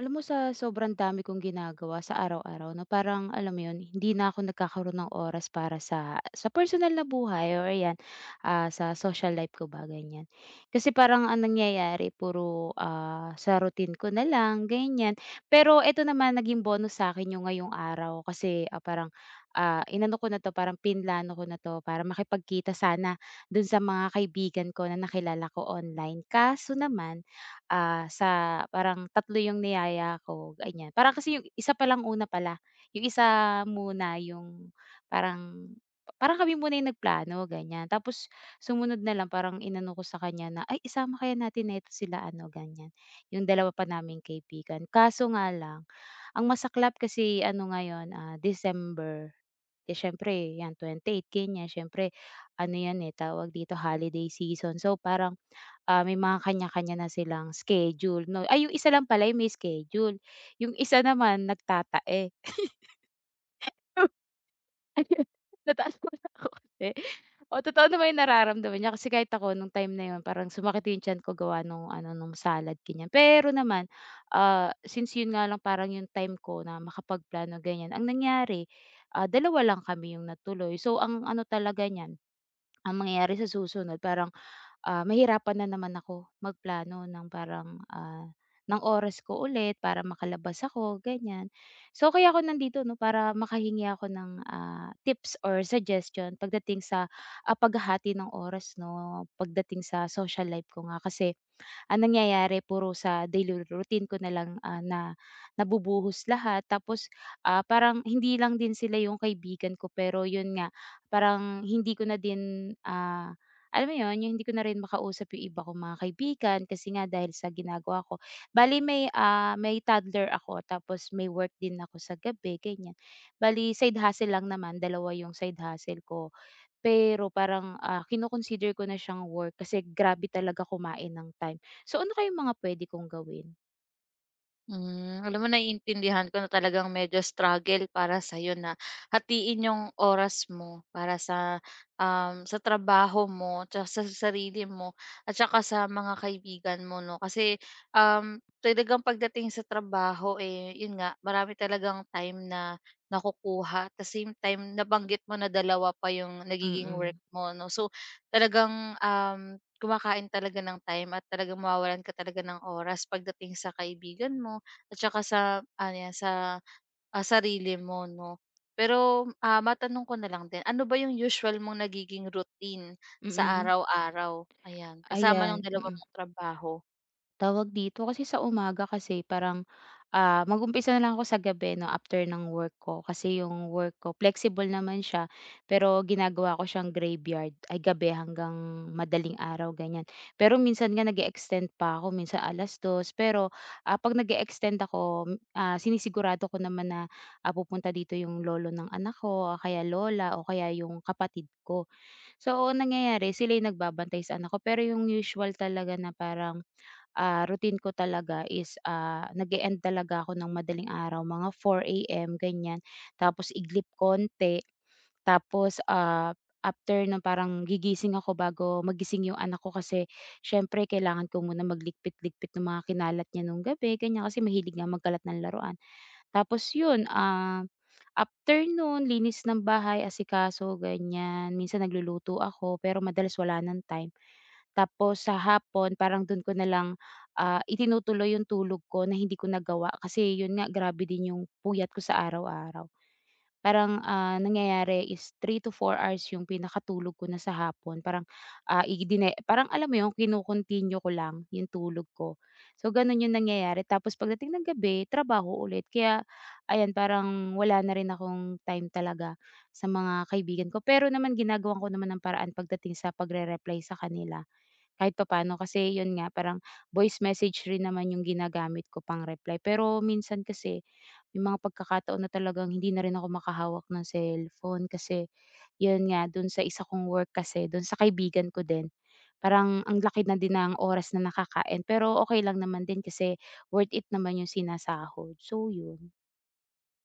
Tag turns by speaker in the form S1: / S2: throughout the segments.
S1: Alam mo sa sobrang dami kong ginagawa sa araw-araw 'no, parang alam mo 'yun, hindi na ako nagkakaroon ng oras para sa personal na buhay or yan, sa social life ko ba ganiyan. Kasi parang ang nangyayari puro, sa routine ko na lang ganiyan. Pero eto naman naging bonus sa akin yung ngayong araw kasi, parang, inano ko na 'to parang pinlano ko na 'to para makipagkita sana dun sa mga kaibigan ko na nakilala ko online. Kaso naman. Sa parang tatlo yung niyaya ko, ganyan. Parang kasi yung isa pa lang una pala, yung isa muna yung parang parang kami muna yung nagplano, ganyan. Tapos sumunod na lang parang inano ko sa kanya na, "Ay isama kaya natin na ito sila ano," ganyan, yung dalawa pa naming kaibigan. Kaso nga lang, ang masaklap kasi ano ngayon, December, eh, siyempre 'yan 28 ganyan, siyempre ano 'yan, eh, tawag dito holiday season. So, parang may mga kanya-kanya na silang schedule 'no. Ay, yung isa lang pala yung may schedule, yung isa naman nagtatae. Ayun, natawa na ako kasi oo, totoo naman yung nararamdaman niya kasi kahit ako nung time na yun parang sumakit yung tiyan ko gawa nung ano, nung salad, ganyan. Pero naman, since yun nga lang parang yung time ko na makapagplano, ganyan, ang nangyari, dalawa lang kami yung natuloy. So, ang ano talaga niyan, ang mangyayari sa susunod parang mahirapan na naman ako magplano ng oras ko ulit para makalabas ako, ganyan. So, kaya ako nandito 'no, para makahingi ako ng, tips or suggestion pagdating sa, paghahati ng oras 'no, pagdating sa social life ko nga kasi ang nangyayari puro sa daily routine ko na lang, na nabubuhos lahat. Tapos, parang hindi lang din sila yung kaibigan ko pero yun nga, parang hindi ko na din, alam mo yun, yung hindi ko na rin makausap yung iba kong mga kaibigan kasi nga dahil sa ginagawa ko. Bali may toddler ako tapos may work din ako sa gabi, ganyan. Bali side hustle lang naman, dalawa yung side hustle ko. Pero parang, kino-consider ko na siyang work kasi grabe talaga kumain ng time. So ano kayang mga puwede kong gawin?
S2: Hmm, alam mo naiintindihan ko na talagang medyo struggle para sa'yo na hatiin yung oras mo para sa trabaho mo tsaka sa sarili mo at saka sa mga kaibigan mo 'no. Kasi, talagang pagdating sa trabaho, eh, yun nga marami talagang time na nakukuha at the same time nabanggit mo na dalawa pa yung nagiging work
S1: Mm,
S2: mo 'no. So, talagang, kumakain talaga ng time at talagang mawawalan ka talaga ng oras pagdating sa kaibigan mo at saka sa ano 'yan, sa, sarili mo 'no. Pero, matanong ko na lang din, ano ba yung usual mong nagiging routine sa
S1: mm.
S2: araw-araw? Ayan, kasama
S1: Ayan,
S2: ng dalawa
S1: mm.
S2: mong trabaho.
S1: Tawag dito, kasi sa umaga kasi parang, mag-umpisa na lang ako sa gabi 'no, after ng work ko. Kasi yung work ko flexible naman siya, pero ginagawa ko siyang graveyard, ay gabi hanggang madaling araw, ganyan. Pero minsan nga nag extend pa ako, minsan alas dos pero, 'pag nag extend ako, sinisigurado ko naman na, pupunta dito yung lolo ng anak ko o kaya lola o kaya yung kapatid ko. So, ang nangyayari sila yung nagbabantay sa anak ko, pero yung usual talaga na parang routine ko talaga is, nag-e-end talaga ako ng madaling araw, mga 4 a.m. ganyan. Tapos iglip konti, tapos, after nun parang gigising ako bago magising yung anak ko kasi siyempre kailangan ko muna magligpit-ligpit ng mga kinalat niya nung gabi, ganyan. Kasi mahilig nga magkalat ng laruan. Tapos yun, after nun linis ng bahay, asikaso ganyan. Minsan nagluluto ako pero madalas wala ng time. Tapos sa hapon parang dun ko na lang, itinutuloy yung tulog ko na hindi ko nagawa kasi yun nga grabe din yung puyat ko sa araw-araw. Parang, nangyayari is 3 to 4 hours yung pinakatulog ko na sa hapon parang, idine parang alam mo yung kino ko lang yung tulog ko. So ganun yung nangyayari tapos pagdating ng gabi trabaho ulit kaya ayan parang wala na rin akong time talaga sa mga kaibigan ko. Pero naman ginagawan ko naman ng paraan pagdating sa pagre-reply sa kanila. Kahit papaano kasi yun nga parang voice message rin naman yung ginagamit ko pang-reply. Pero minsan kasi may mga pagkakataon na talagang hindi na rin ako makahawak ng cellphone kasi yun nga dun sa isa kong work kasi dun sa kaibigan ko din, parang ang laki na din ng oras na nakakain pero okay lang naman din kasi worth it naman yung sinasahod. So yun.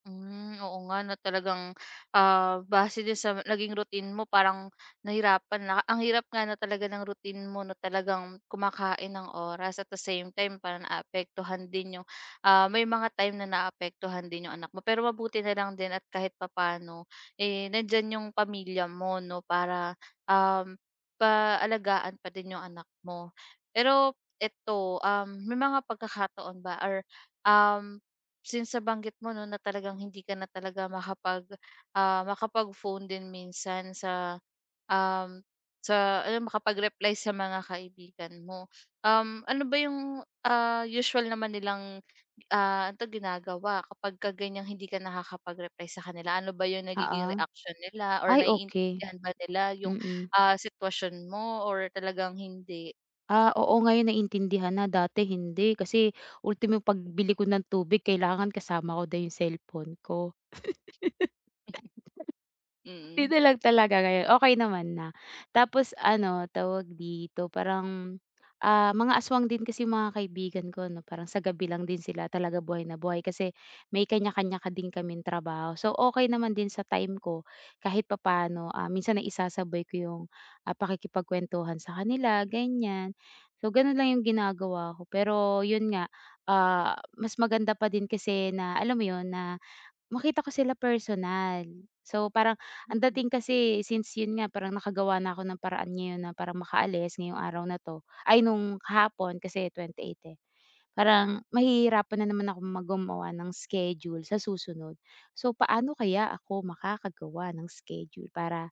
S2: Hmm, oo nga na talagang, base din sa naging routine mo parang nahirapan na ang hirap nga na talaga ng routine mo na talagang kumakain ng oras at the same time parang naapektuhan din yung, may mga time na naapektuhan din yung anak mo. Pero mabuti na lang din at kahit papaano, eh, nandiyan yung pamilya mo 'no, para, um, paalagaan pa din yung anak mo. Pero eto, may mga pagkakataon ba or, um since sa banggit mo 'no, na talagang hindi ka na talaga makapag-phone din minsan um, sa ano makapag-reply sa mga kaibigan mo. Ano ba yung, usual naman nilang, ano 'to, ginagawa kapagka ganyang hindi ka nakakapag-reply sa kanila? Ano ba yung nagiging
S1: Oo.
S2: reaction nila or
S1: Ay okay,
S2: naiintindihan ba nila yung,
S1: mm.
S2: sitwasyon mo or talagang hindi?
S1: Ah, oo ngayon naintindihan na, dati hindi. Kasi ultimo pagbili ko ng tubig kailangan kasama ko daw yung cellphone ko.
S2: Mm.
S1: Dinalag talaga ngayon, okey naman na. Tapos ano, tawag dito, parang, mga aswang din kasi yung mga kaibigan ko 'no, parang sa gabi lang din sila talaga buhay na buhay kasi may kanya-kanya ka din kaming trabaho. So, okey naman din sa time ko kahit papaano, minsan naisasabay ko yung, pakikipagkuwentuhan sa kanila, ganyan. So, gano'n lang yung ginagawa ko. Pero yun nga, mas maganda pa din kasi na alam mo yun, na makita ko sila personal. So, parang ang dating kasi since yun nga parang nakagawa na ako ng paraan ngayon na parang makaalis ngayong araw na 'to, ay nung hapon kasi 28 eh. Parang mahihirapan na naman ako mag ng schedule sa susunod. So, paano kaya ako makakagawa ng schedule para,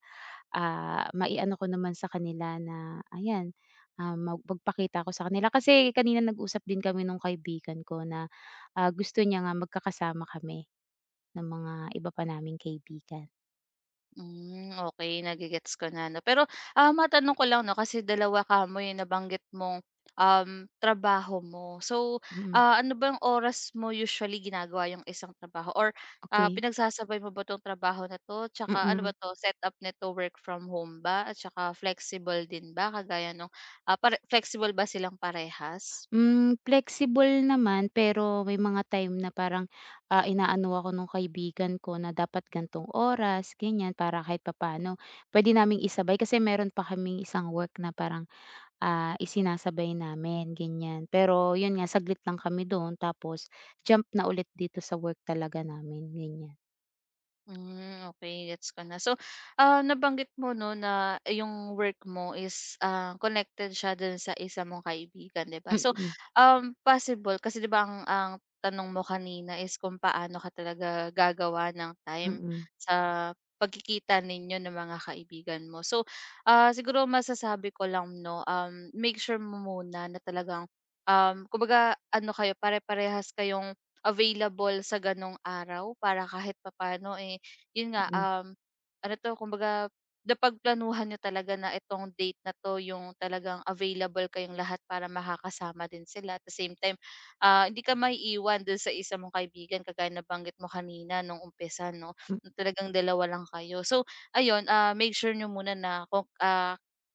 S1: mai-ano ko naman sa kanila na ayan, magpakita ko sa kanila. Kasi kanina nag-usap din kami nung kaibigan ko na, gusto niya nga magkakasama kami ng mga iba pa naming kaibigan.
S2: Hmm, okay, nagigets ko na 'no. Pero, matanong ko lang 'no, kasi dalawa ka mo yung nabanggit mong, trabaho mo. So,
S1: Mm,
S2: ano bang oras mo usually ginagawa yung isang trabaho or,
S1: okey.
S2: pinagsasabay mo ba 'tong trabaho na 'to tsaka ano ba
S1: Mm.
S2: 'to, setup nito work from home ba at saka flexible din ba kagaya nung, pare flexible ba silang parehas?
S1: Flexible naman pero may mga time na parang, inaano ako nung kaibigan ko na dapat gan'tong oras, ganyan, para kahit papaano puwede naming isabay kasi meron pa kaming isang work na parang, isinasabay namin, ganyan. Pero yun nga, saglit lang kami do'n tapos jump na ulit dito sa work talaga namin, ganyan.
S2: Hmm, okay. Gets ko na. So, nabanggit mo 'no na yung work mo is, connected siya dun sa isa mong kaibigan, 'di ba?
S1: Mm,
S2: So,
S1: mm,
S2: possible kasi 'di ba ang tanong mo kanina is kung paano ka talaga gagawa ng time
S1: mm,
S2: sa pagkikita ninyo ng mga kaibigan mo. So, siguro masasabi ko lang 'no, make sure mo muna na talagang, kumbaga ano kayo, pare-parehas kayong available sa ganong araw para kahit papaano, eh yun nga,
S1: mm,
S2: ano 'to, kumbaga napagplanuhan niyo talaga na itong date na 'to yung talagang available kayong lahat para makakasama din sila. At the same time, hindi ka maiiwan dun sa isa mong kaibigan kagaya na banggit mo kanina nung umpisa 'no, na talagang dalawa lang kayo. So ayun, make sure niyo muna na kung,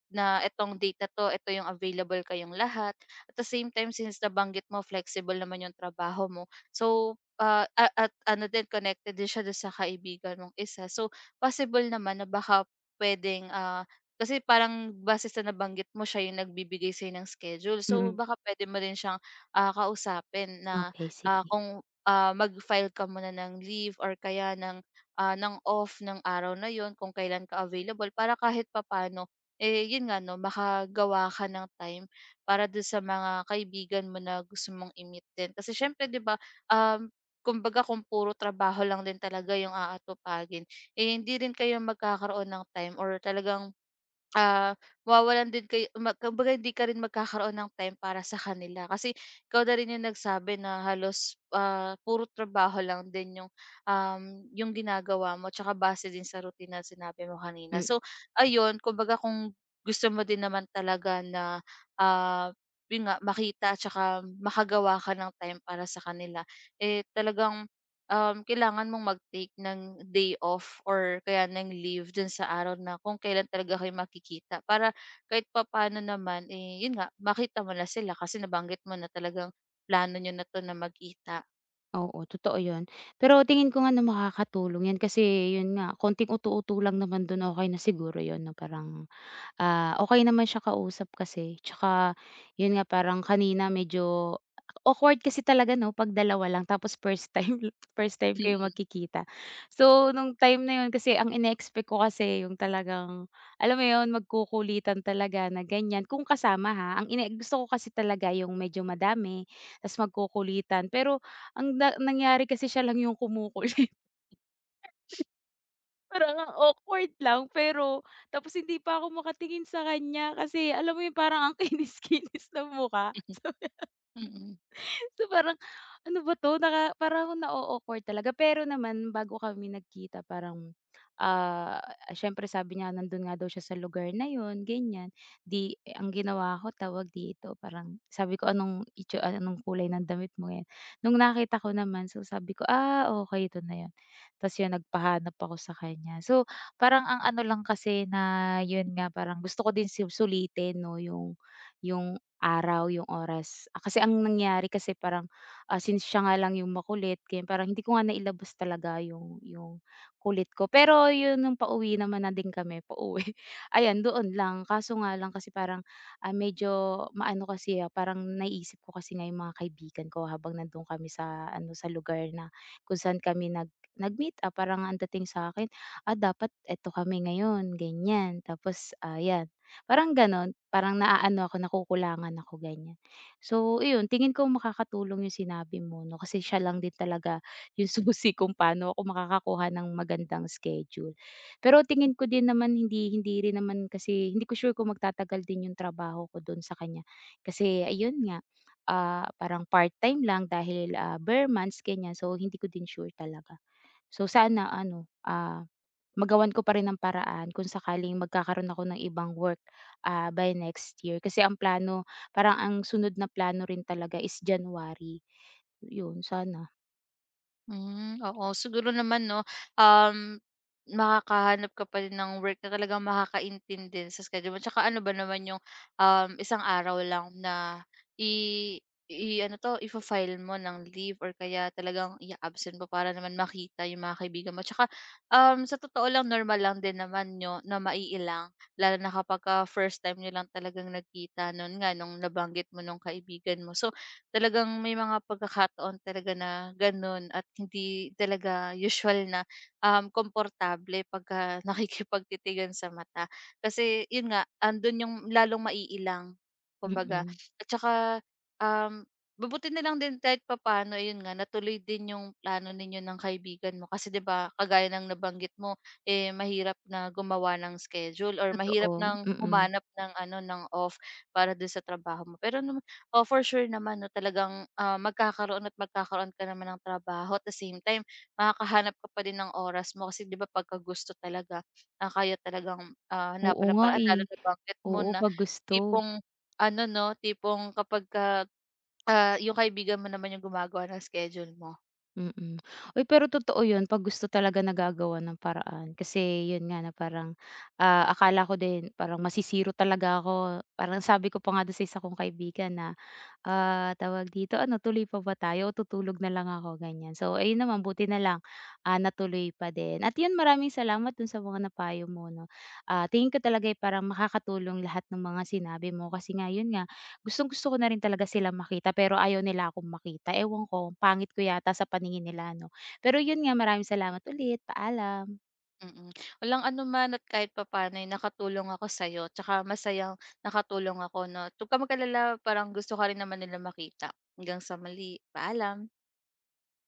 S2: na itong date na 'to, ito yung available kayong lahat. At the same time, since nabanggit mo flexible naman yung trabaho mo. So, Ah, a at ano din connected din siya dun sa kaibigan mong isa. So, possible naman na baka puwedeng, kasi parang base sa nabanggit mo siya yung nagbibigay sa'yo ng schedule. So,
S1: mm.
S2: baka pwede mo rin siyang, kausapin na,
S1: Okey, sige.
S2: kung, mag-file ka muna ng leave or kaya ng off ng araw na yon kung kailan ka available para kahit papaano, eh, yun nga 'no, makagawa ka ng time para dun sa mga kaibigan mo na gusto mong i-meet din. Kasi siyempre 'di ba, um kumbaga kung puro trabaho lang din talaga yung aatupagin, eh, hindi rin kayo magkakaroon ng time or talagang, ah, mawawalan din kayo kumbaga hindi ka rin magkakaroon ng time para sa kanila. Kasi ikaw na rin yung nagsabi na halos, puro trabaho lang din yung ginagawa mo tsaka base din sa routine na sinabi mo kanina.
S1: Mm.
S2: So, ayun kumbaga kung gusto mo din naman talaga na, ah, yun nga makita tsaka makagawa ka ng time para sa kanila, eh, talagang kailangan mong mag-take ng day off or kaya ng leave dun sa araw na kung kailan talaga kayo makikita. Para kahit papaano naman, eh, yun nga, makita mo na sila kasi nabanggit mo na talagang plano nyo na to na magkita.
S1: Oo, totoo 'yun. Pero tingin ko nga 'no makakatulong 'yan kasi 'yun nga konting utu uto lang naman dun okay na siguro 'yun 'no parang, okey naman siya kausap kasi tsaka yun nga parang kanina medyo awkward kasi talaga 'no 'pag dalawa lang tapos first time first time kayo magkikita. So, nung time na yun kasi ang ine ko kasi yung talagang alam mo yun magkukulitan talaga na ganyan kung kasama ha. Ang ine gusto ko kasi talaga yung medyo madami ta's magkukulitan pero ang na nangyari kasi siya lang yung kumukulit. Parang ang awkward lang pero tapos hindi pa ako makatingin sa kanya kasi alam mo 'yun parang ang kinis-kinis ng mukha.
S2: Mm.
S1: So
S2: Mm.
S1: So, parang ano ba 'to naka parang ako na-o-awkward talaga. Pero naman bago kami nagkita parang, ah, siyempre sabi niya nandun nga daw siya sa lugar na yun ganyan. 'Di eh, ang ginawa ko tawag dito parang sabi ko, "Anong anong kulay ng damit mo?" Ganyan. Nung nakita ko naman so sabi ko, "Ah, okey ito na yun." Ta's yun nagpahanap ako sa kanya. So, parang ang ano lang kasi na yun nga parang gusto ko din sulitin 'no yung araw, yung oras. Kasi ang nangyari kasi parang, since siya nga lang yung makulit kaya parang hindi ko nga nailabas talaga yung kulit ko. Pero yun nung pauwi naman na din kami, pauwi, ayan doon lang. Kaso nga lang kasi parang, medyo maano kasi, parang naisip ko kasi nga yung mga kaibigan ko habang nandun kami sa ano, sa lugar na kung saan kami nag-meet up. Parang ang dating sa'kin, dapat eto kami ngayon, ganyan. Tapos, parang gano'n, parang naaano ako, nakukulangan ako, ganyan. So iyon, tingin ko makakatulong yung sinabi mo 'no, kasi siya lang din talaga yung susi kung paano ako makakakuha ng magandang schedule. Pero tingin ko din naman hindi hindi rin naman kasi hindi ko sure kung magtatagal din yung trabaho ko do'n sa kanya. Kasi ayun nga, parang part-time lang dahil, bare months ganyan, so hindi ko din sure talaga. So sana ano, magawan ko pa rin ng paraan kung sakaling magkakaroon ako ng ibang work, by next year. Kasi ang plano parang ang sunod na plano rin talaga is January, yun sana.
S2: Hmm, oo. Siguro naman 'no, um, makakahanap ka pa rin ng work na talagang makakaintindi sa schedule mo. Tsaka ano ba naman yung, isang araw lang na i i-ano 'to, ifa-file mo ng leave or kaya talagang i-a-absent mo para naman makita yung mga kaibigan mo. Tsaka, sa totoo lang normal lang din naman 'no na maiilang lalo na kapagka first time niyo lang talagang nagkita noon nga nung nabanggit mo nung kaibigan mo. So, talagang may mga pagkakataon talaga na gano'n at hindi talaga usual na, komportable pagka nakikipagtitigan sa mata. Kasi yun nga, andun yung lalong maiilang
S1: Mm,
S2: kumbaga
S1: mm
S2: at saka, um, mabuti na lang din kahit papaano ayun nga natuloy din yung plano ninyo ng kaibigan mo kasi 'di ba kagaya ng nabanggit mo, eh, mahirap na gumawa ng schedule or mahirap
S1: totoo, mm.
S2: ng
S1: Mm.
S2: humanap ng ano, ng off para dun sa trabaho mo. Pero oh, for sure naman 'no, talagang, magkakaroon at magkakaroon ka naman ng trabaho at the same time makakahanap ka pa din ng oras mo kasi 'di ba pagka gusto talaga, kaya talagang,
S1: Oo
S2: hanapan ng
S1: nga,
S2: paraan
S1: eh.
S2: lalo nabanggit mo
S1: Oo,
S2: na
S1: 'pag gusto,
S2: tipong ano 'no, tipong kapagka, yung kaibigan mo naman yung gumagawa ng schedule mo.
S1: mm. Mm. Uy, pero totoo yun 'pag gusto talaga nagagawa ng paraan. Kasi yun nga na parang, akala ko din parang masisiro talaga ako. Parang sabi ko pa nga dun sa isa kong kaibigan na tawag dito, ano, tuloy pa ba tayo o tutulog na lang ako, ganyan. So, ayun naman, buti na lang, natuloy pa din. At yun, maraming salamat dun sa mga napayo mo, no. Tingin ko talaga eh, parang makakatulong lahat ng mga sinabi mo. Kasi nga, yun nga, gustong-gusto ko na rin talaga sila makita, pero ayaw nila akong makita. Ewan ko, pangit ko yata sa paningin nila, no. Pero yun nga, maraming salamat ulit. Paalam.
S2: Mm. Walang ano man at kahit papaano ay nakatulong ako sa'yo tsaka masayang nakatulong ako 'no. 'Wag kang parang gusto ka rin naman nila makita. Hanggang sa muli, paalam.